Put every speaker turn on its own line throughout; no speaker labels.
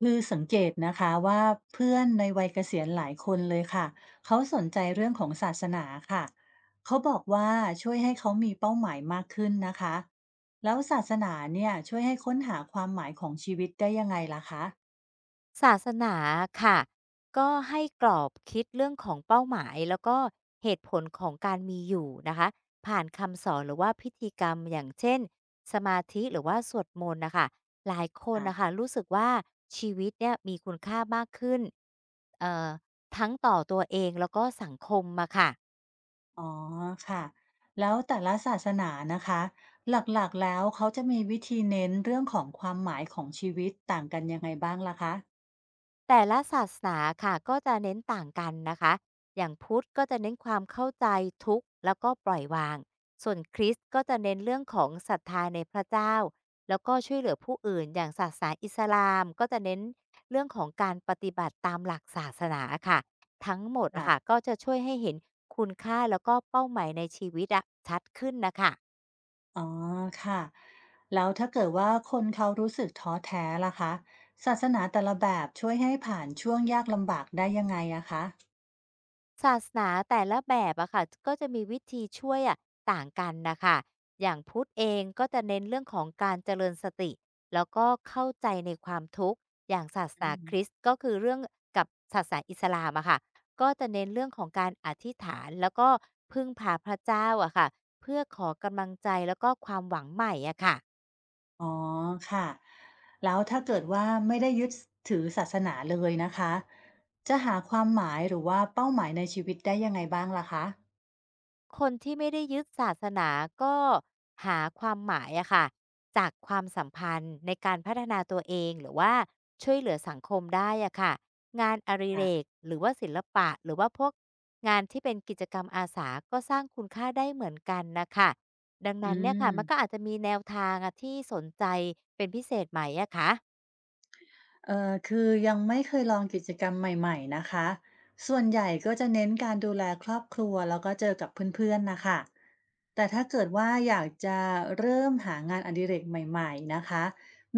คือสังเกตนะคะว่าเพื่อนในวัยเกษียณหลายคนเลยค่ะเขาสนใจเรื่องของศาสนาค่ะเขาบอกว่าช่วยให้เขามีเป้าหมายมากขึ้นนะคะแล้วศาสนาเนี่ยช่วยให้ค้นหาความหมายของชีวิตได้ยังไงล่ะคะ
ศาสนาค่ะก็ให้กรอบคิดเรื่องของเป้าหมายแล้วก็เหตุผลของการมีอยู่นะคะผ่านคำสอนหรือว่าพิธีกรรมอย่างเช่นสมาธิหรือว่าสวดมนต์นะคะหลายคน
อ่ะ
นะคะรู้สึกว่าชีวิตเนี่ยมีคุณค่ามากขึ้นเอ่อทั้งต่อตัวเองแล้วก็สังคมมาค่ะ
อ๋อค่ะแล้วแต่ละศาสนานะคะหลักๆแล้วเขาจะมีวิธีเน้นเรื่องของความหมายของชีวิตต่างกันยังไงบ้างล่ะคะ
แต่ละศาสนาค่ะก็จะเน้นต่างกันนะคะอย่างพุทธก็จะเน้นความเข้าใจทุกข์แล้วก็ปล่อยวางส่วนคริสต์ก็จะเน้นเรื่องของศรัทธาในพระเจ้าแล้วก็ช่วยเหลือผู้อื่นอย่างศาสนาอิสลามก็จะเน้นเรื่องของการปฏิบัติตามหลักศาสนาค่ะทั้งหมดอะค่ะก็จะช่วยให้เห็นคุณค่าแล้วก็เป้าหมายในชีวิตอะชัดขึ้นนะคะ
อ๋อค่ะแล้วถ้าเกิดว่าคนเขารู้สึกท้อแท้ล่ะคะศาสนาแต่ละแบบช่วยให้ผ่านช่วงยากลำบากได้ยังไงอะคะ
ศาสนาแต่ละแบบอะค่ะก็จะมีวิธีช่วยอะต่างกันนะคะอย่างพุทธเองก็จะเน้นเรื่องของการเจริญสติแล้วก็เข้าใจในความทุกข์อย่างศาสนา
อื
คริส
ม
ต์ก็คือเรื่องกับศาสนาอิสลามอะค่ะก็จะเน้นเรื่องของการอธิษฐานแล้วก็พึ่งพาพระเจ้าอะค่ะเพื่อขอกำลังใจแล้วก็ความหวังใหม่อะค่ะ
อ๋อค่ะแล้วถ้าเกิดว่าไม่ได้ยึดถือศาสนาเลยนะคะจะหาความหมายหรือว่าเป้าหมายในชีวิตได้ยังไงบ้างล่ะคะ
คนที่ไม่ได้ยึดศาสนาก็หาความหมายอะค่ะจากความสัมพันธ์ในการพัฒนาตัวเองหรือว่าช่วยเหลือสังคมได้อะค่ะงานอริเรก
ค่ะ
หรือว่าศิลปะหรือว่าพวกงานที่เป็นกิจกรรมอาสาก็สร้างคุณค่าได้เหมือนกันนะคะดัง
อื
นั้นเนี่ยค่ะมันก็
ม
อาจจะมีแนวทางอะที่สนใจเป็นพิเศษไหมอะคะ
คือยังไม่เคยลองกิจกรรมใหม่ๆนะคะส่วนใหญ่ก็จะเน้นการดูแลครอบครัวแล้วก็เจอกับเพื่อนๆนะคะแต่ถ้าเกิดว่าอยากจะเริ่มหางานอดิเรกใหม่ๆนะคะ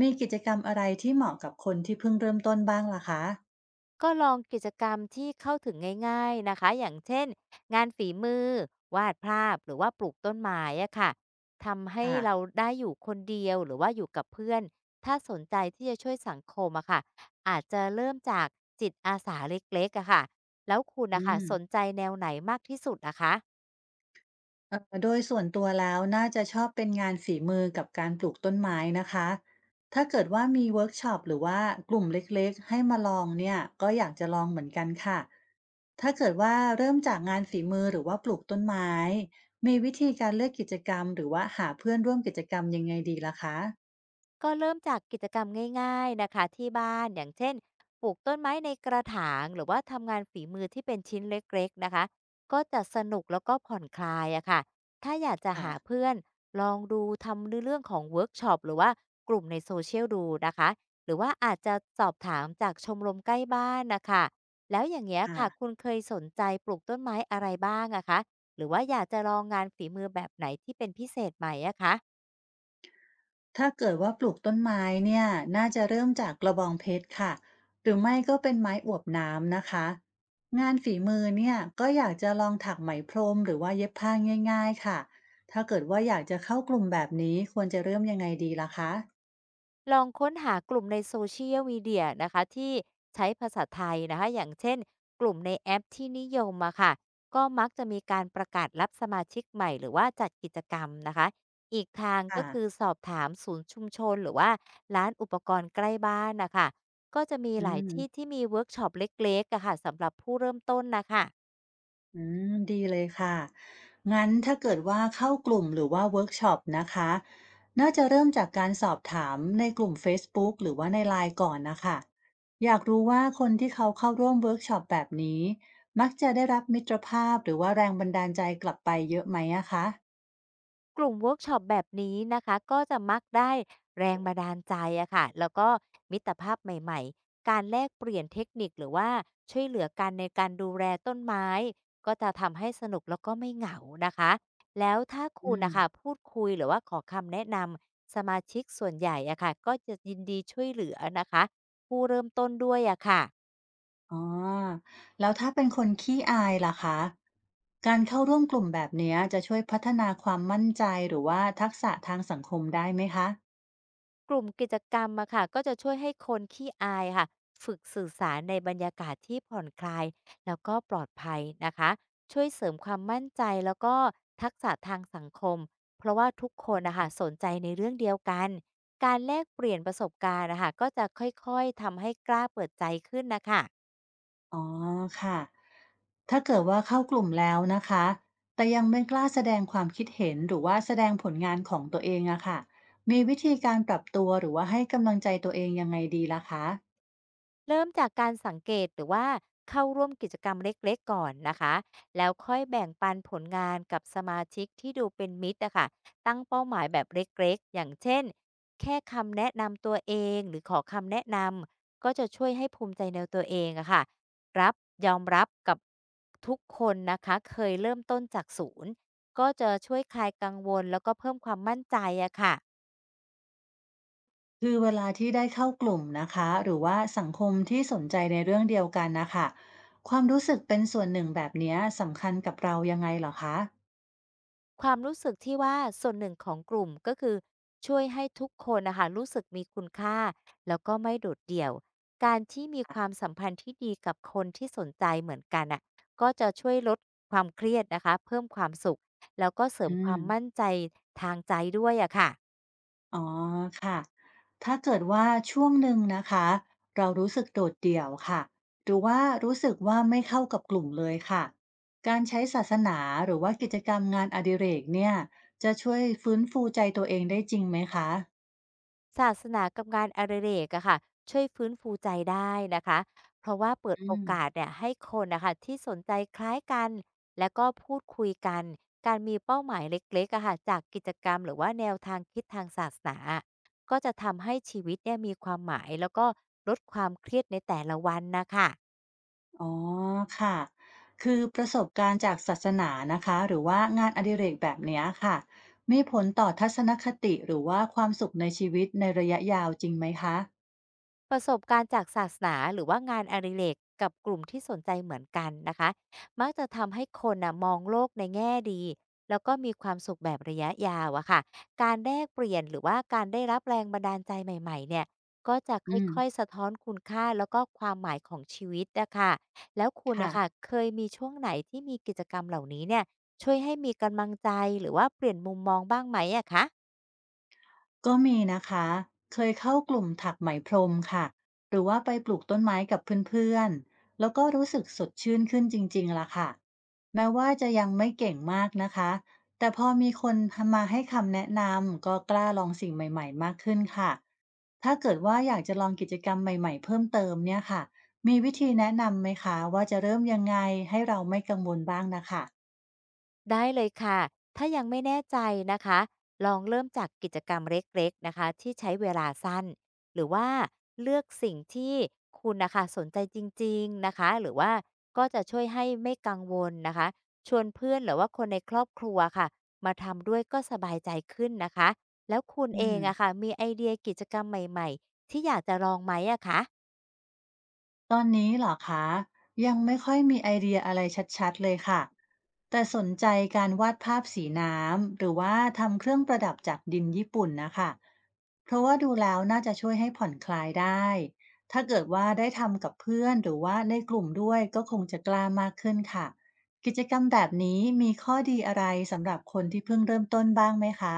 มีกิจกรรมอะไรที่เหมาะกับคนที่เพิ่งเริ่มต้นบ้างล่ะคะ
ก็ลองกิจกรรมที่เข้าถึงง่ายๆนะคะอย่างเช่นงานฝีมือวาดภาพหรือว่าปลูกต้นไม้อะค่ะทำให้
ค่ะ
เราได้อยู่คนเดียวหรือว่าอยู่กับเพื่อน ถ้าสนใจที่จะช่วยสังคมอะค่ะอาจจะเริ่มจากจิตอาสาเล็กๆอะค่ะแล้วคุณ
อื
นะคะ
ม
สนใจแนวไหนมากที่สุดนะคะ
โดยส่วนตัวแล้วน่าจะชอบเป็นงานฝีมือกับการปลูกต้นไม้นะคะถ้าเกิดว่ามีเวิร์กช็อปหรือว่ากลุ่มเล็กๆให้มาลองเนี่ยก็อยากจะลองเหมือนกันค่ะถ้าเกิดว่าเริ่มจากงานฝีมือหรือว่าปลูกต้นไม้มีวิธีการเลือกกิจกรรมหรือว่าหาเพื่อนร่วมกิจกรรมยังไงดีล่ะคะ
ก็เริ่มจากกิจกรรมง่ายๆนะคะที่บ้านอย่างเช่นปลูกต้นไม้ในกระถางหรือว่าทำงานฝีมือที่เป็นชิ้นเล็กๆนะคะก็จะสนุกแล้วก็ผ่อนคลายอะค่ะถ้าอยากจะ
อ่ะ
หาเพื่อนลองดูทำในเรื่องของเวิร์กช็อปหรือว่ากลุ่มในโซเชียลดูนะคะหรือว่าอาจจะสอบถามจากชมรมใกล้บ้านนะคะแล้วอย่างเงี้ยค่ะคุ
ค่ะ
ณเคยสนใจปลูกต้นไม้อะไรบ้างอะคะหรือว่าอยากจะลองงานฝีมือแบบไหนที่เป็นพิเศษไหมอะคะ
ถ้าเกิดว่าปลูกต้นไม้เนี่ยน่าจะเริ่มจากกระบองเพชรค่ะหรือไม่ก็เป็นไม้อวบน้ำนะคะงานฝีมือเนี่ยก็อยากจะลองถักไหมพรมหรือว่าเย็บผ้าง่ายๆค่ะถ้าเกิดว่าอยากจะเข้ากลุ่มแบบนี้ควรจะเริ่มยังไงดีล่ะคะ
ลองค้นหากลุ่มในโซเชียลมีเดียนะคะที่ใช้ภาษาไทยนะคะอย่างเช่นกลุ่มในแอปที่นิยมมาค่ะก็มักจะมีการประกาศรับสมาชิกใหม่หรือว่าจัดกิจกรรมนะคะอีกทางก็
ค่ะ
คือสอบถามศูนย์ชุมชนหรือว่าร้านอุปกรณ์ใกล้บ้านนะคะก็จะมี
อื
หลายที่
ม
ที่มีเวิร์กช็อปเล็กๆอะค่ะสำหรับผู้เริ่มต้นนะคะ
อืมดีเลยค่ะ งั้นถ้าเกิดว่าเข้ากลุ่มหรือว่าเวิร์กช็อปนะคะน่าจะเริ่มจากการสอบถามในกลุ่ม Facebook หรือว่าในไลน์ก่อนนะคะอยากรู้ว่าคนที่เขาเข้าร่วมเวิร์กช็อปแบบนี้ มักจะได้รับมิตรภาพหรือว่าแรงบันดาลใจกลับไปเยอะไหมอะคะ
กลุ่มเวิร์กช็อปแบบนี้นะคะก็จะมักได้แรงบันดาลใจอะค่ะแล้วก็มิตรภาพใหม่ๆการแลกเปลี่ยนเทคนิคหรือว่าช่วยเหลือกันในการดูแลต้นไม้ก็จะทำให้สนุกแล้วก็ไม่เหงานะคะแล้วถ้าคุ
อื
ณ
ม
นะคะพูดคุยหรือว่าขอคำแนะนำสมาชิกส่วนใหญ่อะค่ะก็จะยินดีช่วยเหลือนะคะผู้เริ่มต้นด้วยอะค่ะ
อ๋อแล้วถ้าเป็นคนขี้อายล่ะคะการเข้าร่วมกลุ่มแบบเนี้ยจะช่วยพัฒนาความมั่นใจหรือว่าทักษะทางสังคมได้ไหมคะ
กลุ่มกิจกรรมอะค่ะก็จะช่วยให้คนขี้อายค่ะฝึกสื่อสารในบรรยากาศที่ผ่อนคลายแล้วก็ปลอดภัยนะคะช่วยเสริมความมั่นใจแล้วก็ทักษะทางสังคมเพราะว่าทุกคนนะคะสนใจในเรื่องเดียวกันการแลกเปลี่ยนประสบการณ์นะคะก็จะค่อยๆทำให้กล้าเปิดใจขึ้นนะคะ
อ๋อค่ะ ถ้าเกิดว่าเข้ากลุ่มแล้วนะคะ แต่ยังไม่กล้าแสดงความคิดเห็นหรือว่าแสดงผลงานของตัวเองอะค่ะมีวิธีการปรับตัวหรือว่าให้กำลังใจตัวเองยังไงดีล่ะคะ
เริ่มจากการสังเกตหรือว่าเข้าร่วมกิจกรรมเล็กๆก่อนนะคะแล้วค่อยแบ่งปันผลงานกับสมาชิกที่ดูเป็นมิตรอะค่ะตั้งเป้าหมายแบบเล็กๆอย่างเช่นแค่คำแนะนำตัวเองหรือขอคำแนะนำก็จะช่วยให้ภูมิใจในตัวเองอะค่ะรับยอมรับกับทุกคนนะคะเคยเริ่มต้นจากศูนย์ก็จะช่วยคลายกังวลแล้วก็เพิ่มความมั่นใจอะค่ะ
คือเวลาที่ได้เข้ากลุ่มนะคะหรือว่าสังคมที่สนใจในเรื่องเดียวกันนะคะความรู้สึกเป็นส่วนหนึ่งแบบเนี้ยสำคัญกับเรายังไงเหรอคะ
ความรู้สึกที่ว่าส่วนหนึ่งของกลุ่มก็คือช่วยให้ทุกคนนะคะรู้สึกมีคุณค่าแล้วก็ไม่โดดเดี่ยวการที่มีความสัมพันธ์ที่ดีกับคนที่สนใจเหมือนกันอ่ะก็จะช่วยลดความเครียดนะคะเพิ่มความสุขแล้วก็เสริ
อื
มความ
ม
มั่นใจทางใจด้วยอะค่ะ
อ๋อค่ะ ถ้าเกิดว่าช่วงหนึ่งนะคะเรารู้สึกโดดเดี่ยวค่ะหรือว่ารู้สึกว่าไม่เข้ากับกลุ่มเลยค่ะการใช้ศาสนาหรือว่ากิจกรรมงานอดิเรกเนี่ยจะช่วยฟื้นฟูใจตัวเองได้จริงไหมคะ
ศาสนากับงานอดิเรกอะค่ะช่วยฟื้นฟูใจได้นะคะเพราะว่าเปิด
อื
โอ
ม
กาสเนี่ยให้คนนะคะที่สนใจคล้ายกันแล้วก็พูดคุยกันการมีเป้าหมายเล็กๆอะค่ะจากกิจกรรมหรือว่าแนวทางคิดทางศาสนาก็จะทำให้ชีวิตเนี่ยมีความหมายแล้วก็ลดความเครียดในแต่ละวันนะคะ
อ๋อค่ะคือประสบการณ์จากศาสนานะคะหรือว่างานอดิเรกแบบเนี้ยค่ะมีผลต่อทัศนคติหรือว่าความสุขในชีวิตในระยะยาวจริงไหมคะ
ประสบการณ์จากศาสนาหรือว่างานอดิเรกกับกลุ่มที่สนใจเหมือนกันนะคะมักจะทำให้คนนะมองโลกในแง่ดีแล้วก็มีความสุขแบบระยะยาวอะค่ะการแลกเปลี่ยนหรือว่าการได้รับแรงบันดาลใจใหม่ๆเนี่ยก็จะค
อืม
่อยๆสะท้อนคุณค่าแล้วก็ความหมายของชีวิตอะค่ะแล้วคุณ
ค่ะ
นะค่ะเคยมีช่วงไหนที่มีกิจกรรมเหล่านี้เนี่ยช่วยให้มีกำลังใจหรือว่าเปลี่ยนมุมมองบ้างไหมอะคะ
ก็มีนะคะเคยเข้ากลุ่มถักไหมพรมค่ะหรือว่าไปปลูกต้นไม้กับเพื่อนๆแล้วก็รู้สึกสดชื่นขึ้นจริงๆล่ะค่ะ แม้ว่าจะยังไม่เก่งมากนะคะ แต่พอมีคนมาให้คำแนะนำก็กล้าลองสิ่งใหม่ๆมากขึ้นค่ะ ถ้าเกิดว่าอยากจะลองกิจกรรมใหม่ๆเพิ่มเติมเนี่ยค่ะมีวิธีแนะนำไหมคะว่าจะเริ่มยังไงให้เราไม่กังวลบ้างนะคะ
ได้เลยค่ะ ถ้ายังไม่แน่ใจนะคะ ลองเริ่มจากกิจกรรมเล็กๆนะคะที่ใช้เวลาสั้นหรือว่าเลือกสิ่งที่คุณนะคะสนใจจริงๆนะคะ หรือว่าก็จะช่วยให้ไม่กังวลนะคะชวนเพื่อนหรือว่าคนในครอบครัวค่ะมาทำด้วยก็สบายใจขึ้นนะคะแล้วคุณ
อื
เองอะ
ม
ค่ะมีไอเดียกิจกรรมใหม่ๆที่อยากจะลองไหมอะคะ
ตอนนี้เหรอคะยังไม่ค่อยมีไอเดียอะไรชัดๆเลยค่ะแต่สนใจการวาดภาพสีน้ำหรือว่าทำเครื่องประดับจากดินญี่ปุ่นนะคะเพราะว่าดูแล้วน่าจะช่วยให้ผ่อนคลายได้ถ้าเกิดว่าได้ทำกับเพื่อนหรือว่าในกลุ่มด้วยก็คงจะกล้ามากขึ้นค่ะกิจกรรมแบบนี้มีข้อดีอะไรสำหรับคนที่เพิ่งเริ่มต้นบ้างไหมคะ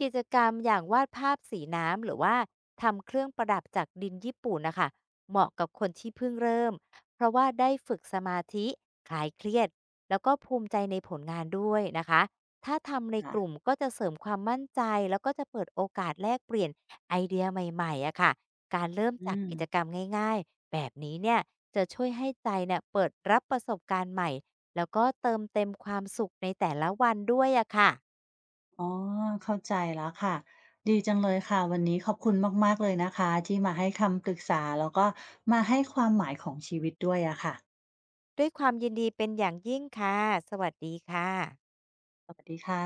กิจกรรมอย่างวาดภาพสีน้ำหรือว่าทำเครื่องประดับจากดินญี่ปุ่นนะคะเหมาะกับคนที่เพิ่งเริ่มเพราะว่าได้ฝึกสมาธิคลายเครียดแล้วก็ภูมิใจในผลงานด้วยนะคะถ้าทำในก
อ่ะ
ลุ่มก็จะเสริมความมั่นใจแล้วก็จะเปิดโอกาสแลกเปลี่ยนไอเดียใหม่ๆอะค่ะการเริ่ม
อื
จาก
ม
กิจกรรมง่ายๆแบบนี้เนี่ยจะช่วยให้ใจเนี่ยเปิดรับประสบการณ์ใหม่แล้วก็เติมเต็มความสุขในแต่ละวันด้วยอะค่ะ
อ๋อเข้าใจแล้วค่ะดีจังเลยค่ะวันนี้ขอบคุณมากๆเลยนะคะที่มาให้คำปรึกษาแล้วก็มาให้ความหมายของชีวิตด้วยอะค่ะ
ด้วยความยินดีเป็นอย่างยิ่งค่ะ สวัสดีค่ะ
สวัสดีค่ะ